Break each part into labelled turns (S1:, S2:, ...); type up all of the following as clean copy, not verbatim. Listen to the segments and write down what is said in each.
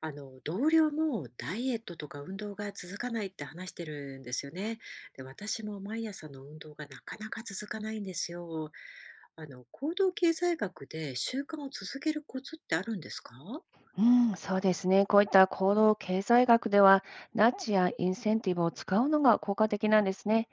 S1: あの同僚もダイエットとか運動が続かないって話してるんですよね。で、私も毎朝の運動がなかなか続かないんですよ。あの行動経済学で習慣を続けるコツってあるんですか？
S2: うん、そうですね。こういった行動経済学では、ナッジやインセンティブを使うのが効果的なんですね。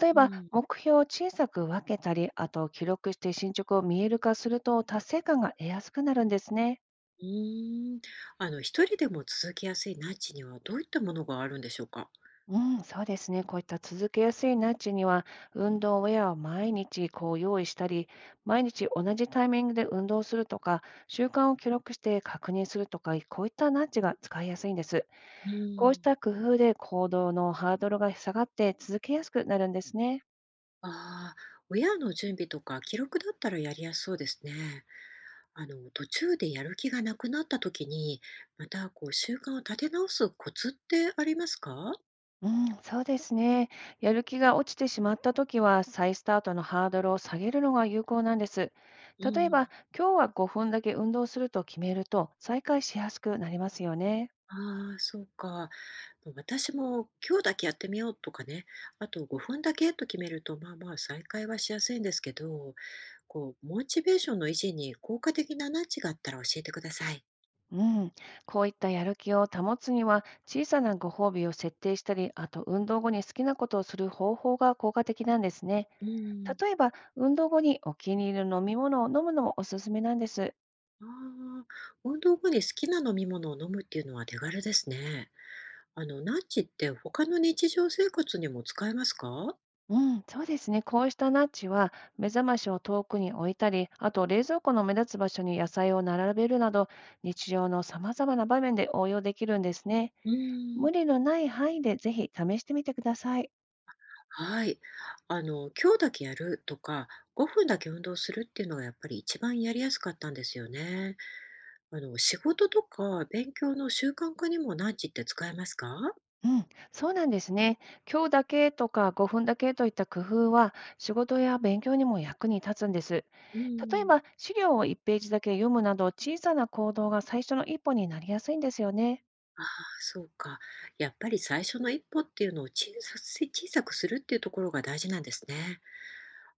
S2: 例え
S1: う
S2: ば、
S1: ん、
S2: 目標を小さく分けたり、あと記録して進捗を見える化すると、達成感が得やすくなるんですね。
S1: うーん。あの一人でも続けやすいナッジにはどういったものがあるんでしょうか？
S2: うん、そうですね。こういった続けやすいナッジには、運動ウェアを毎日こう用意したり、毎日同じタイミングで運動するとか、習慣を記録して確認するとか、こういったナッジが使いやすいんです。
S1: う
S2: こうし
S1: ん、
S2: た工夫で行動のハードルが下がって続けやすくなるんですね。
S1: ああ、親の準備とか記録だったらやりやすそうですね。あの、途中でやる気がなくなった時に、またこう習慣を立て直すコツってありますか？
S2: うん、そうですね。やる気が落ちてしまったときは、再スタートのハードルを下げるのが有効なんです。
S1: う
S2: 例え
S1: ん。
S2: ば、今日は5分だけ運動すると決めると、再開しやすくなりますよね。
S1: ああ、そうか。もう私も今日だけやってみようとかね、あと5分だけと決めると、まあまあ再開はしやすいんですけど、こう、モチベーションの維持に効果的な何チがあったら教えてください。
S2: うん、こういったやる気を保つには、小さなご褒美を設定したり、あと運動後に好きなことをする方法が効果的なんですね。
S1: うん。
S2: 例えば、運動後にお気に入りの飲み物を飲むのもおすすめなんです。
S1: ああ、運動後に好きな飲み物を飲むっていうのは手軽ですね。あの、ナッチって他の日常生活にも使えますか？
S2: うん、そうですね。こうしたナッジは、目覚ましを遠くに置いたり、あと冷蔵庫の目立つ場所に野菜を並べるなど、日常の様々な場面で応用できるんですね。
S1: うーん、
S2: 無理のない範囲でぜひ試してみてください。
S1: はい。あの、今日だけやるとか、5分だけ運動するっていうのがやっぱり一番やりやすかったんですよね。あの、仕事とか勉強の習慣化にもナ時って使えますか？
S2: うん、そうなんですね。今日だけとか5分だけといった工夫は、仕事や勉強にも役に立つんです。
S1: う
S2: 例え
S1: ん、
S2: ば、資料を1ページだけ読むなど、小さな行動が最初の一歩になりやすいんですよね。
S1: あ、そうか。やっぱり最初の一歩っていうのを小さくするっていうところが大事なんですね。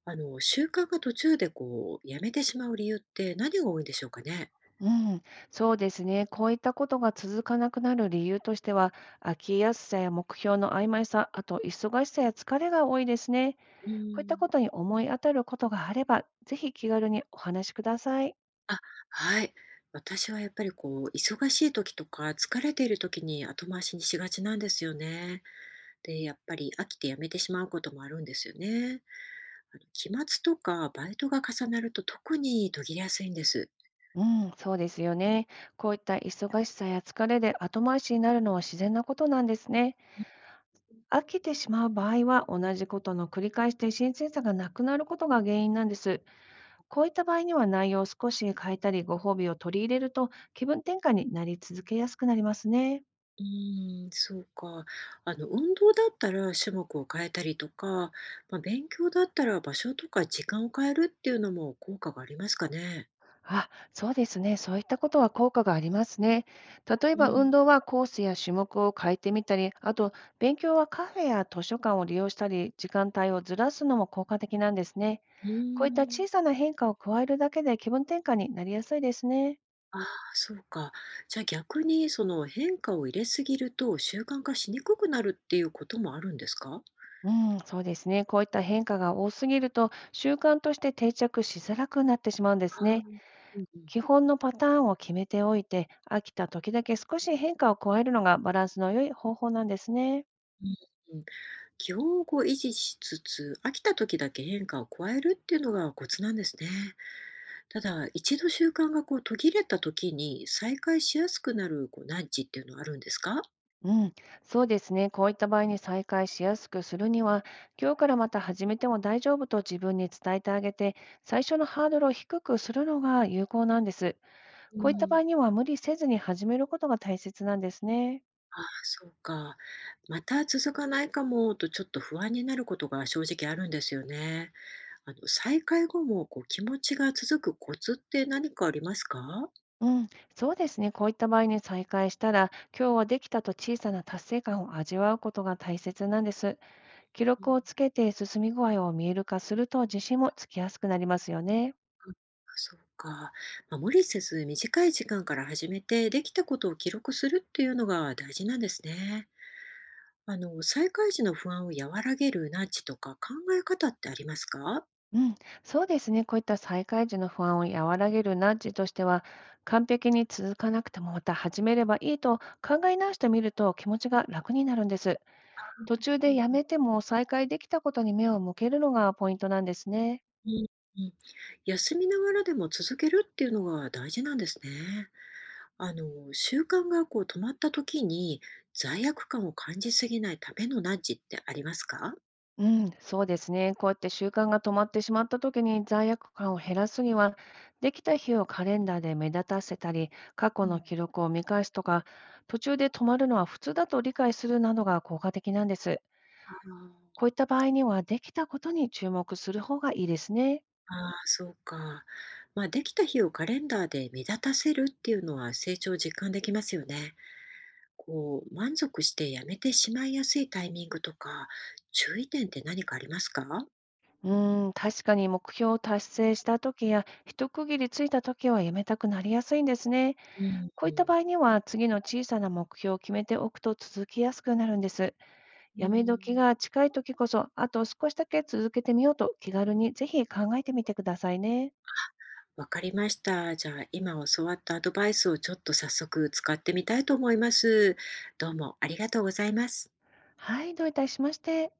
S1: あの、習慣が途中でこうやめてしまう理由って何が多いんでしょうかね？
S2: うん、そうですね。こういったことが続かなくなる理由としては、飽きやすさや目標の曖昧さ、あと忙しさや疲れが多いですね。
S1: う
S2: こういったこ
S1: ん、
S2: とに思い当たることがあれば、ぜひ気軽にお話しください。
S1: あ、はい。私はやっぱりこう、忙しい時とか疲れている時に後回しにしがちなんですよね。で、やっぱり飽きてやめてしまうこともあるんですよね。あの、期末とかバイトが重なると特に途切れやすいんです。
S2: うん、そうですよね。こういった忙しさや疲れで後回しになるのは自然なことなんですね。飽きてしまう場合は、同じことの繰り返しで新鮮さがなくなることが原因なんです。こういった場合には内容を少し変えたり、ご褒美を取り入れると気分転換になり続けやすくなりますね。
S1: うーん、そうか。あの、運動だったら種目を変えたりとか、まあ、勉強だったら場所とか時間を変えるっていうのも効果がありますかね。
S2: あ、そうですね。そういったことは効果がありますね。例え
S1: う
S2: ば運
S1: ん。
S2: 動はコースや種目を変えてみたり、あと勉強はカフェや図書館を利用したり、時間帯をずらすのも効果的なんですね。
S1: うー
S2: こういった小
S1: ん。
S2: さな変化を加えるだけで気分転換になりやすいですね。
S1: ああ、そうか。じゃあ逆にその変化を入れすぎると習慣化しにくくなるっていうこともあるんですか？
S2: うん、そうですね。こういった変化が多すぎると習慣として定着しづらくなってしまうんで
S1: あ
S2: す
S1: あ、う
S2: ね。
S1: んうん。
S2: 基本のパターンを決めておいて、飽きた時だけ少し変化を加えるのがバランスの良い方法なんですね。
S1: うん。基本をこう維持しつつ、飽きた時だけ変化を加えるっていうのがコツなんですね。ただ、一度習慣がこう途切れた時に再開しやすくなるこうナッっていうのはあるんですか？
S2: うん、そうですね。こういった場合に再開しやすくするには、今日からまた始めても大丈夫と自分に伝えてあげて、最初のハードルを低くするのが有効なんです。
S1: う
S2: こういった場
S1: ん。
S2: 合には無理せずに始めることが大切なんですね。
S1: ああ、そうか。また続かないかもとちょっと不安になることが正直あるんですよね。あの、再開後もこう気持ちが続くコツって何かありますか？
S2: うん、そうですね。こういった場合に再開したら、今日はできたと小さな達成感を味わうことが大切なんです。記
S1: う
S2: 録
S1: ん。
S2: をつけて進み具合を見える化すると自信もつきやすくなりますよね。
S1: そうか。まあ、無理せず短い時間から始めて、できたことを記録するっていうのが大事なんですね。あの、再開時の不安を和らげるナッジとか考え方ってありますか？
S2: うん、そうですね。こういった再開時の不安を和らげるナッジとしては、完璧に続かなくてもまた始めればいいと考え直してみると気持ちが楽になるんです。途中
S1: う
S2: で
S1: ん
S2: や
S1: うん。
S2: めても再開できたことに目を向けるのがポイントなんですね。
S1: うん、うん。休みながらでも続けるっていうのが大事なんですね。あの、習慣がこう止まった時に罪悪感を感じすぎないためのナッジってありますか？
S2: うん、そうですね。こうやって習慣が止まってしまった時に罪悪感を減らすには、できた日をカレンダーで目立たせたり、過
S1: う
S2: 去の
S1: ん。
S2: 記録を見返すとか、途中で止まるのは普通だと理解するなどが効果的なんです。
S1: あ
S2: こ
S1: あ。
S2: ういった場合には、できたことに注目する方がいいですね。
S1: ああ、そうか。まあ、できた日をカレンダーで目立たせるっていうのは成長を実感できますよね。こう、満足してやめてしまいやすいタイミングとか、注意点って何かありますか？
S2: うーん、確かに目標を達成した時や、一区切りついた時はやめたくなりやすいんですね。
S1: うん、
S2: こ
S1: う
S2: ういった場
S1: ん。
S2: 合には、次の小さな目標を決めておくと続きやすくなるんです。
S1: う
S2: やめ時
S1: ん。
S2: が近い時こそ、あと少しだけ続けてみようと気軽にぜひ考えてみてくださいね。
S1: わかりました。じゃあ、今教わったアドバイスをちょっと早速使ってみたいと思います。どうもありがとうございます。
S2: はい、どういたしまして。